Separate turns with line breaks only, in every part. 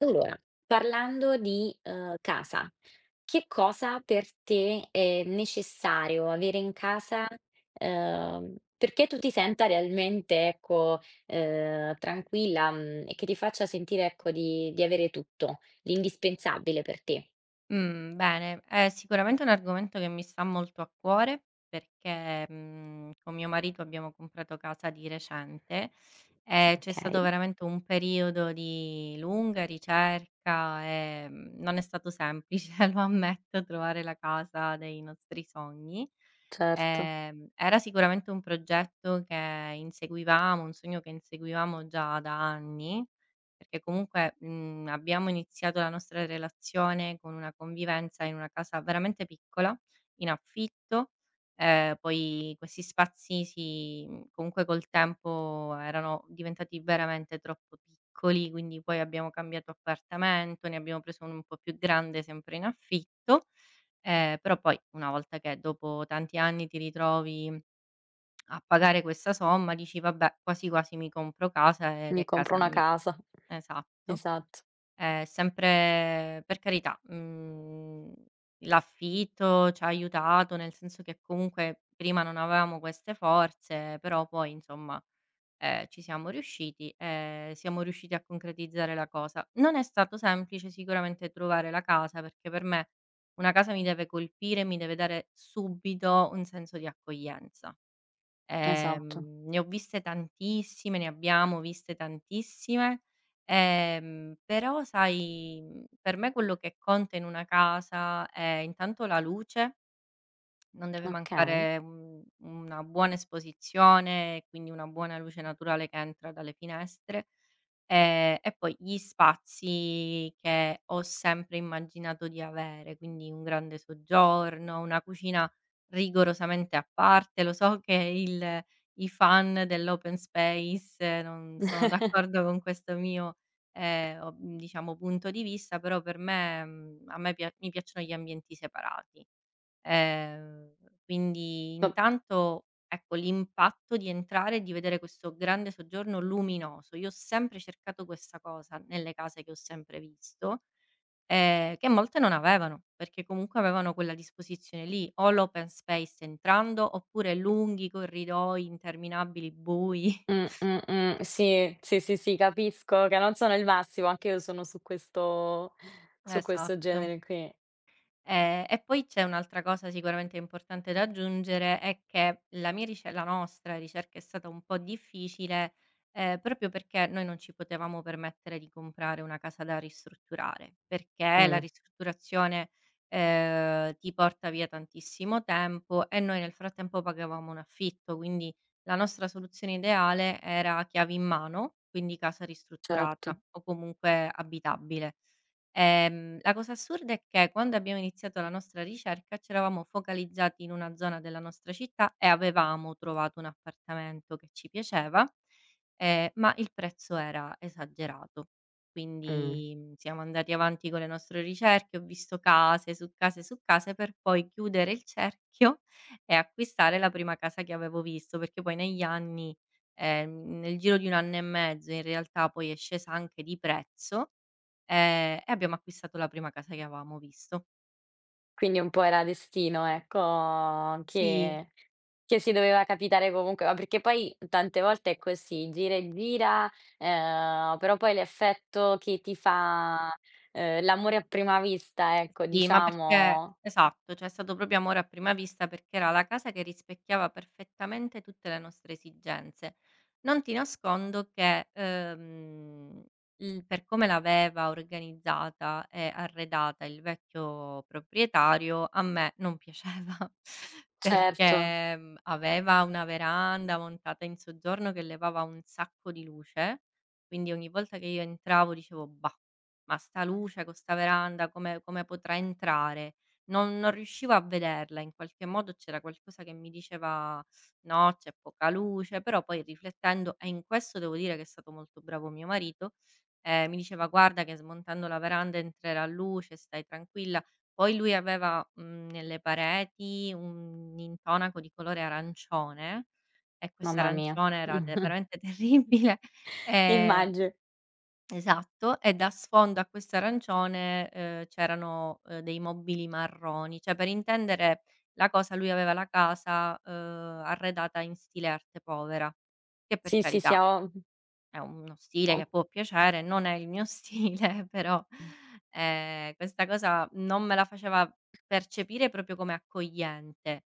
Allora, parlando di, casa, che cosa per te è necessario avere in casa, perché tu ti senta realmente, ecco, tranquilla, mhmm, e che ti faccia sentire, ecco, di avere tutto, l'indispensabile per te?
Mhmm, Bene, è sicuramente un argomento che mi sta molto a cuore perché, con mio marito abbiamo comprato casa di recente e c'è
Okay,
stato veramente un periodo di lunga ricerca e, non è stato semplice, lo ammetto, trovare la casa dei nostri sogni.
certo.
Era sicuramente un progetto che inseguivamo, un sogno che inseguivamo già da anni perché comunque, abbiamo iniziato la nostra relazione con una convivenza in una casa veramente piccola, in affitto. Poi questi spazi comunque col tempo erano diventati veramente troppo piccoli, quindi poi abbiamo cambiato appartamento, ne abbiamo preso uno un po' più grande sempre in affitto. Però poi una volta che dopo tanti anni ti ritrovi a pagare questa somma dici: "Vabbè, quasi quasi mi compro casa ed
Mi
è
compro
casa
una
mia".
casa.
Esatto.
Esatto,
Sempre per carità, l'affitto c'ha aiutato, nel senso che comunque prima non avevamo queste forze, però poi insomma, ci siamo riusciti e siamo riusciti a concretizzare la cosa. Non è stato semplice sicuramente trovare la casa, perché per me una casa mi deve colpire, mi deve dare subito un senso di accoglienza.
esatto.
Ne ho viste tantissime, ne abbiamo viste tantissime. Però sai, per me quello che conta in una casa è intanto la luce, non deve
Okay.
mancare un una buona esposizione e quindi una buona luce naturale che entra dalle finestre. E poi gli spazi che ho sempre immaginato di avere, quindi un grande soggiorno, una cucina rigorosamente a parte. Lo so che il i fan dell'open space non sono d'accordo con questo mio, o diciamo punto di vista, però per me mhmm, a me pia mi piacciono gli ambienti separati. Ehm, quindi
Va
intanto, ecco, l'impatto di entrare e di vedere questo grande soggiorno luminoso. Io ho sempre cercato questa cosa nelle case che ho sempre visto, che molte non avevano, perché comunque avevano quella disposizione lì, o l'open space entrando, oppure lunghi corridoi interminabili bui.
mh, mh. Sì, sì, sì, sì, capisco che non sono il massimo, anche io sono su questo
Esatto.
genere qui.
E poi c'è un'altra cosa sicuramente importante da aggiungere, è che la nostra ricerca è stata un po' difficile, proprio perché noi non ci potevamo permettere di comprare una casa da ristrutturare, perché la
Mh,
ristrutturazione, ti porta via tantissimo tempo e noi nel frattempo pagavamo un affitto, quindi la nostra soluzione ideale era chiavi in mano, quindi casa
certo,
ristrutturata o comunque abitabile. La cosa assurda è che quando abbiamo iniziato la nostra ricerca c'eravamo focalizzati in una zona della nostra città e avevamo trovato un appartamento che ci piaceva, ma il prezzo era esagerato.
mh.
Quindi, siamo andati avanti con le nostre ricerche, ho visto case su case su case per poi chiudere il cerchio e acquistare la prima casa che avevo visto, perché poi negli anni, nel giro di 1 anno e mezzo in realtà, poi è scesa anche di prezzo. E abbiamo acquistato la prima casa che avevamo visto.
Quindi un po' era destino, ecco,
Sì.
che si doveva capitare comunque, ma perché poi tante volte è così, gira e gira, però poi l'effetto che ti fa, l'amore a prima vista, ecco,
Sì, ma perché
diciamo
esatto, cioè è stato proprio amore a prima vista, perché era la casa che rispecchiava perfettamente tutte le nostre esigenze. Non ti nascondo che, il per come l'aveva organizzata e arredata il vecchio proprietario, a me non piaceva,
certo,
perché, aveva una veranda montata in soggiorno che levava un sacco di luce, quindi ogni volta che io entravo dicevo: "Bah, ma 'sta luce con 'sta veranda come potrà entrare?" Non riuscivo a vederla, in qualche modo c'era qualcosa che mi diceva: "No, c'è poca luce". Però poi riflettendo, e in questo devo dire che è stato molto bravo mio marito, mi diceva: "Guarda che smontando la veranda entrerà luce, stai tranquilla". Poi lui aveva, nelle pareti, un intonaco di colore arancione, e questo
mamma mia,
arancione era te veramente terribile. ehm
immagino.
Esatto, e da sfondo a questo arancione, c'erano, dei mobili marroni. Cioè, per intendere la cosa, lui aveva la casa, arredata in stile arte povera, che per
Sì, sì,
carità,
siamo
è uno stile
ho
che può piacere, non è il mio stile, però,
mh,
questa cosa non me la faceva percepire proprio come accogliente.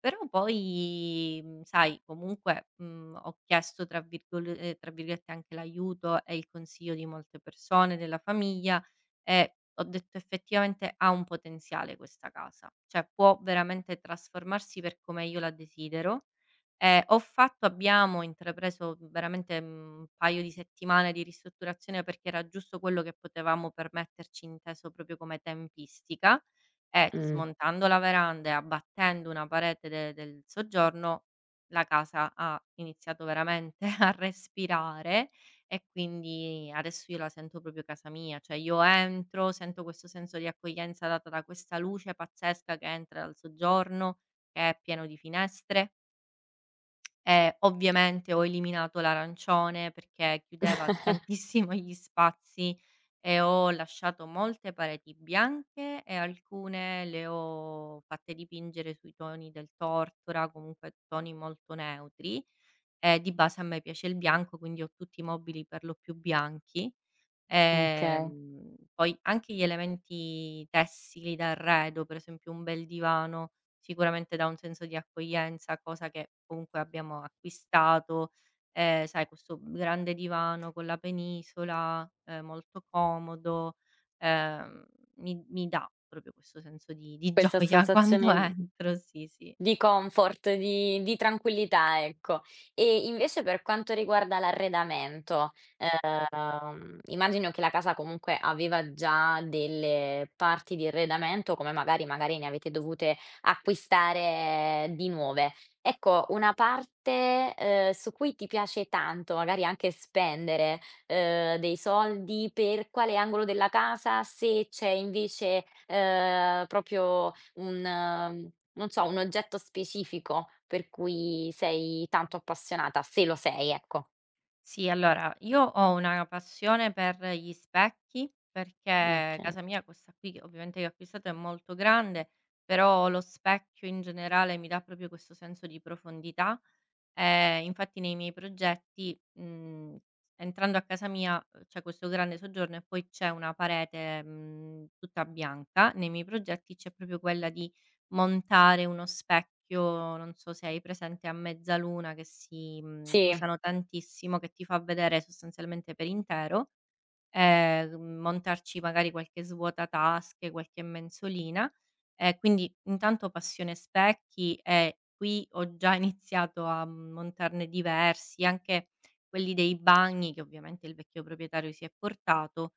Però poi, sai comunque, ho chiesto tra virgolette anche l'aiuto e il consiglio di molte persone della famiglia, e ho detto: "Effettivamente ha un potenziale questa casa, cioè può veramente trasformarsi per come io la desidero". Ho fatto abbiamo intrapreso, veramente, un paio di settimane di ristrutturazione perché era giusto quello che potevamo permetterci, inteso proprio come tempistica, e
mh.
smontando la veranda e abbattendo una parete de del soggiorno, la casa ha iniziato veramente a respirare, e quindi adesso io la sento proprio casa mia. Cioè io entro, sento questo senso di accoglienza data da questa luce pazzesca che entra dal soggiorno, che è pieno di finestre. Ovviamente ho eliminato l'arancione perché chiudeva tantissimo gli spazi, e ho lasciato molte pareti bianche e alcune le ho fatte dipingere sui toni del tortora, comunque toni molto neutri. Di base a me piace il bianco, quindi ho tutti i mobili per lo più bianchi.
Okay.
Poi anche gli elementi tessili d'arredo, per esempio un bel divano, sicuramente dà un senso di accoglienza, cosa che comunque abbiamo acquistato. Sai, questo grande divano con la penisola, molto comodo, ehm, mi dà proprio questo senso di
Questa
gioia quando
sensazione
entro, sì, sì.
di comfort, di tranquillità, ecco. E invece per quanto riguarda l'arredamento, immagino che la casa comunque aveva già delle parti di arredamento, come magari ne avete dovute acquistare di nuove. Ecco, una parte, su cui ti piace tanto, magari anche spendere, dei soldi per quale angolo della casa, se c'è invece, proprio un non so, un oggetto specifico per cui sei tanto appassionata, se lo sei, ecco.
Sì, allora io ho una passione per gli specchi, perché
Okay.
casa mia, questa qui che ho acquistato, è molto grande, però lo specchio in generale mi dà proprio questo senso di profondità. Infatti nei miei progetti, entrando a casa mia, c'è questo grande soggiorno e poi c'è una parete, tutta bianca. Nei miei progetti c'è proprio quella di montare uno specchio, non so se hai presente, a mezzaluna, che
Sì,
usano tantissimo, che ti fa vedere sostanzialmente per intero, montarci magari qualche svuotatasche, qualche mensolina. Quindi intanto passione specchi, e qui ho già iniziato a montarne diversi, anche quelli dei bagni che ovviamente il vecchio proprietario si è portato.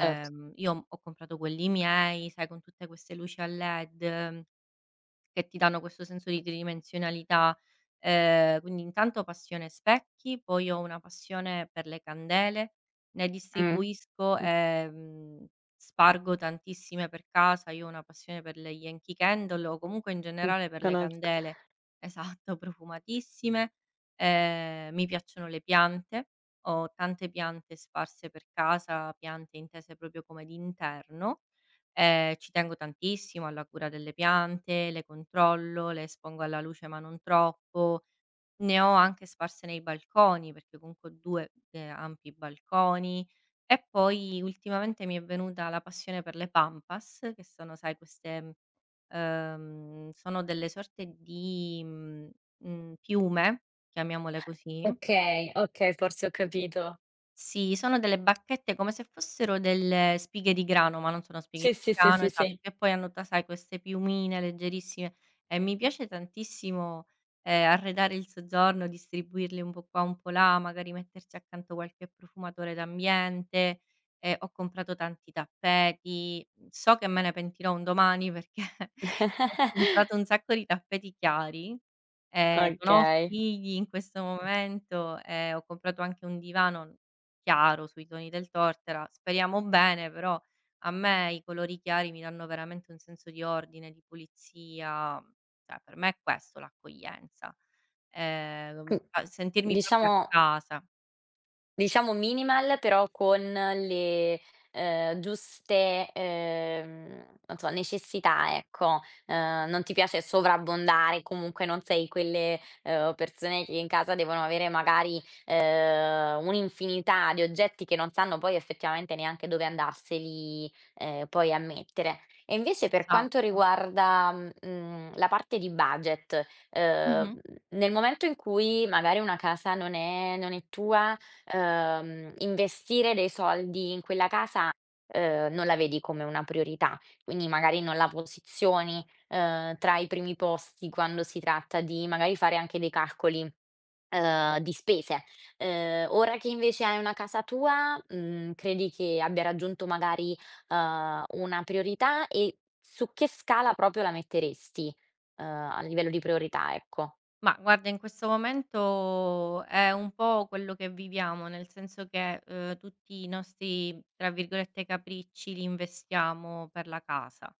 certo.
io ho comprato quelli miei, sai, con tutte queste luci a led che ti danno questo senso di tridimensionalità. Quindi intanto passione specchi, poi ho una passione per le candele, ne
Mh,
distribuisco
mh,
e, spargo tantissime per casa. Io ho una passione per le Yankee Candle, o comunque in
mh.
generale per le
Conosco.
candele. Esatto, profumatissime. Mi piacciono le piante, ho tante piante sparse per casa, piante intese proprio come d'interno. Ci tengo tantissimo alla cura delle piante, le controllo, le espongo alla luce ma non troppo. Ne ho anche sparse nei balconi, perché comunque ho 2 ampi balconi. E poi ultimamente mi è venuta la passione per le pampas, che sono, sai, queste, sono delle sorte di, piume, chiamiamole così.
Okay, okay, forse ho capito.
Sì, sono delle bacchette come se fossero delle spighe di grano, ma non sono spighe
Sì,
di
sì, sì,
grano. Mh.
sì,
Esatto,
sì.
che poi hanno, ta sai, queste piumine leggerissime, e mi piace tantissimo, arredare il soggiorno, distribuirle un po' qua, un po' là, magari metterci accanto qualche profumatore d'ambiente. Ho comprato tanti tappeti, so che me ne pentirò un domani perché ho comprato un sacco di tappeti chiari, non ho
Okay.
figli in questo momento, e ho comprato anche un divano chiaro sui toni del Tortora. Speriamo bene, però a me i colori chiari mi danno veramente un senso di ordine, di pulizia. Cioè per me è questo l'accoglienza. Ehm,
Mh,
a sentirmi proprio a
diciamo
casa.
diciamo minimal, però con le, giuste, non so, necessità, ecco. Non ti piace sovrabbondare, comunque non sei quelle, persone che in casa devono avere magari, un'infinità di oggetti che non sanno poi effettivamente neanche dove andarseli, poi a mettere. E invece per quanto
Esatto.
riguarda, mhmm, la parte di budget,
Mh-mh.
nel momento in cui magari una casa non è tua, investire dei soldi in quella casa, non la vedi come una priorità, quindi magari non la posizioni, tra i primi posti quando si tratta di magari fare anche dei calcoli, di spese. Ora che invece hai una casa tua, mhmm, credi che abbia raggiunto magari, una priorità e su che scala proprio la metteresti, a livello di priorità, ecco?
Ma guarda, in questo momento è un po' quello che viviamo, nel senso che, tutti i nostri, tra virgolette, "capricci" li investiamo per la casa.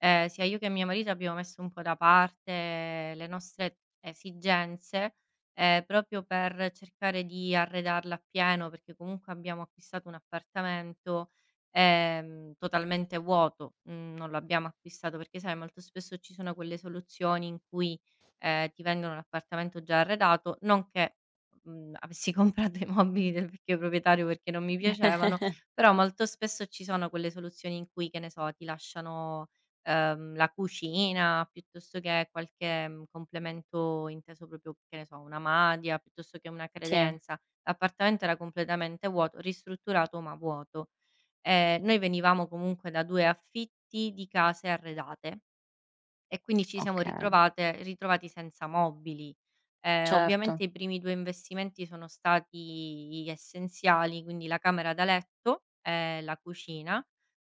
Sia io che mio marito abbiamo messo un po' da parte le nostre esigenze, proprio per cercare di arredarla appieno, perché comunque abbiamo acquistato un appartamento, totalmente vuoto, non lo abbiamo acquistato perché sai molto spesso ci sono quelle soluzioni in cui, ti vendono l'appartamento già arredato, non che, avessi comprato i mobili del vecchio proprietario perché non mi piacevano. Però molto spesso ci sono quelle soluzioni in cui, che ne so, ti lasciano la cucina, piuttosto che qualche, complemento inteso proprio, che ne so, una madia, piuttosto che una
Sì,
credenza. L'appartamento era completamente vuoto, ristrutturato ma vuoto. Noi venivamo comunque da 2 affitti di case arredate. E quindi ci siamo
okay,
ritrovate ritrovati senza mobili. Ovviamente
certo.
i primi 2 investimenti sono stati essenziali, quindi la camera da letto e la cucina,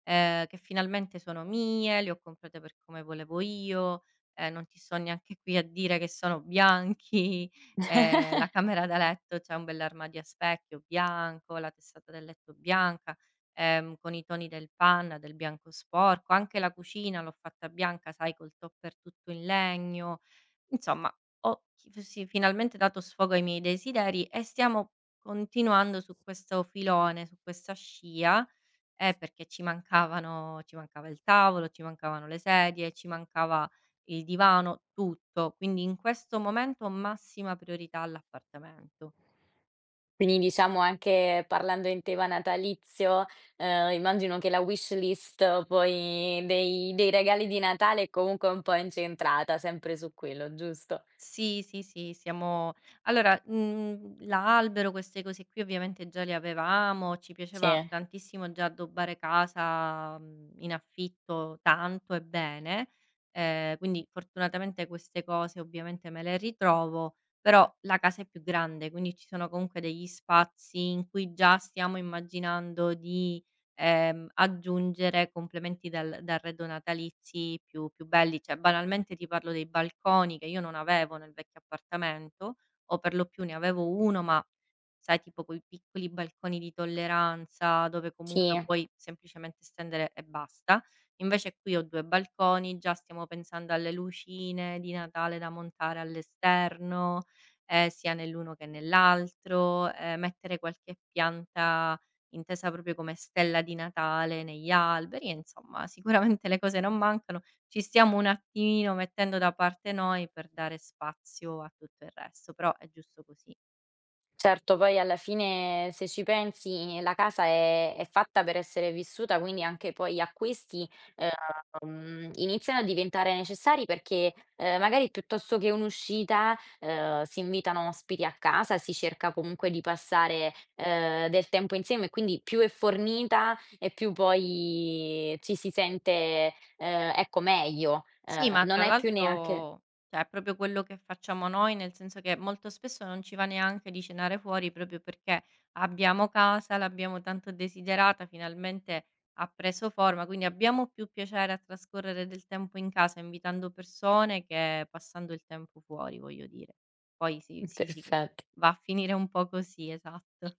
che finalmente sono mie, le ho comprate per come volevo io. Non ti sto neanche qui a dire che sono bianchi. La camera da letto, c'è un bell'armadio a specchio bianco, la tessera del letto bianca, con i toni del bianco sporco. Anche la cucina l'ho fatta bianca, sai, col tupper tutto in legno. Insomma, ho finalmente dato sfogo ai miei desideri, e stiamo continuando su questo filone, su questa scia, perché ci mancava il tavolo, ci mancavano le sedie, ci mancava il divano, tutto. Quindi in questo momento ho massima priorità all'appartamento.
Quindi diciamo anche parlando in tema natalizio, immagino che la wish list poi dei regali di Natale è comunque un po' incentrata sempre su quello, giusto?
Sì, sì, sì, siamo allora, l'albero, queste cose qui ovviamente già le avevamo, ci
Sì,
piaceva tantissimo già addobbare casa, in affitto tanto e bene, quindi fortunatamente queste cose ovviamente me le ritrovo. Però la casa è più grande, quindi ci sono comunque degli spazi in cui già stiamo immaginando di, aggiungere complementi dal d'arredo natalizi più belli. Cioè, banalmente ti parlo dei balconi che io non avevo nel vecchio appartamento, o per lo più ne avevo 1, ma sai, tipo quei piccoli balconi di tolleranza, dove comunque
sì.
puoi semplicemente stendere e basta. Invece qui ho 2 balconi, già stiamo pensando alle lucine di Natale da montare all'esterno, sia nell'uno che nell'altro, mettere qualche pianta intesa proprio come stella di Natale negli alberi, e insomma sicuramente le cose non mancano, ci stiamo un attimino mettendo da parte noi per dare spazio a tutto il resto, però è giusto così.
Certo, poi alla fine se ci pensi la casa è fatta per essere vissuta, quindi anche poi gli acquisti, iniziano a diventare necessari perché, magari piuttosto che un'uscita, si invitano ospiti a casa, si cerca comunque di passare, del tempo insieme e quindi più è fornita e più poi ci si sente, ecco meglio.
Sì, ma
Non
tra
è più neanche
l'altro, cioè, è proprio quello che facciamo noi, nel senso che molto spesso non ci va neanche di cenare fuori proprio perché abbiamo casa, l'abbiamo tanto desiderata, finalmente ha preso forma, quindi abbiamo più piacere a trascorrere del tempo in casa invitando persone che passando il tempo fuori, voglio dire. Poi sì, sì, sì,
perfetto.
va a finire un po' così, esatto.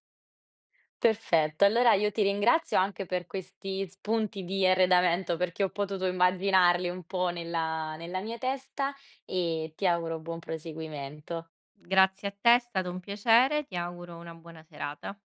Perfetto, allora io ti ringrazio anche per questi spunti di arredamento, perché ho potuto immaginarli un po' nella nella mia testa e ti auguro buon proseguimento.
Grazie a te, è stato un piacere, ti auguro una buona serata.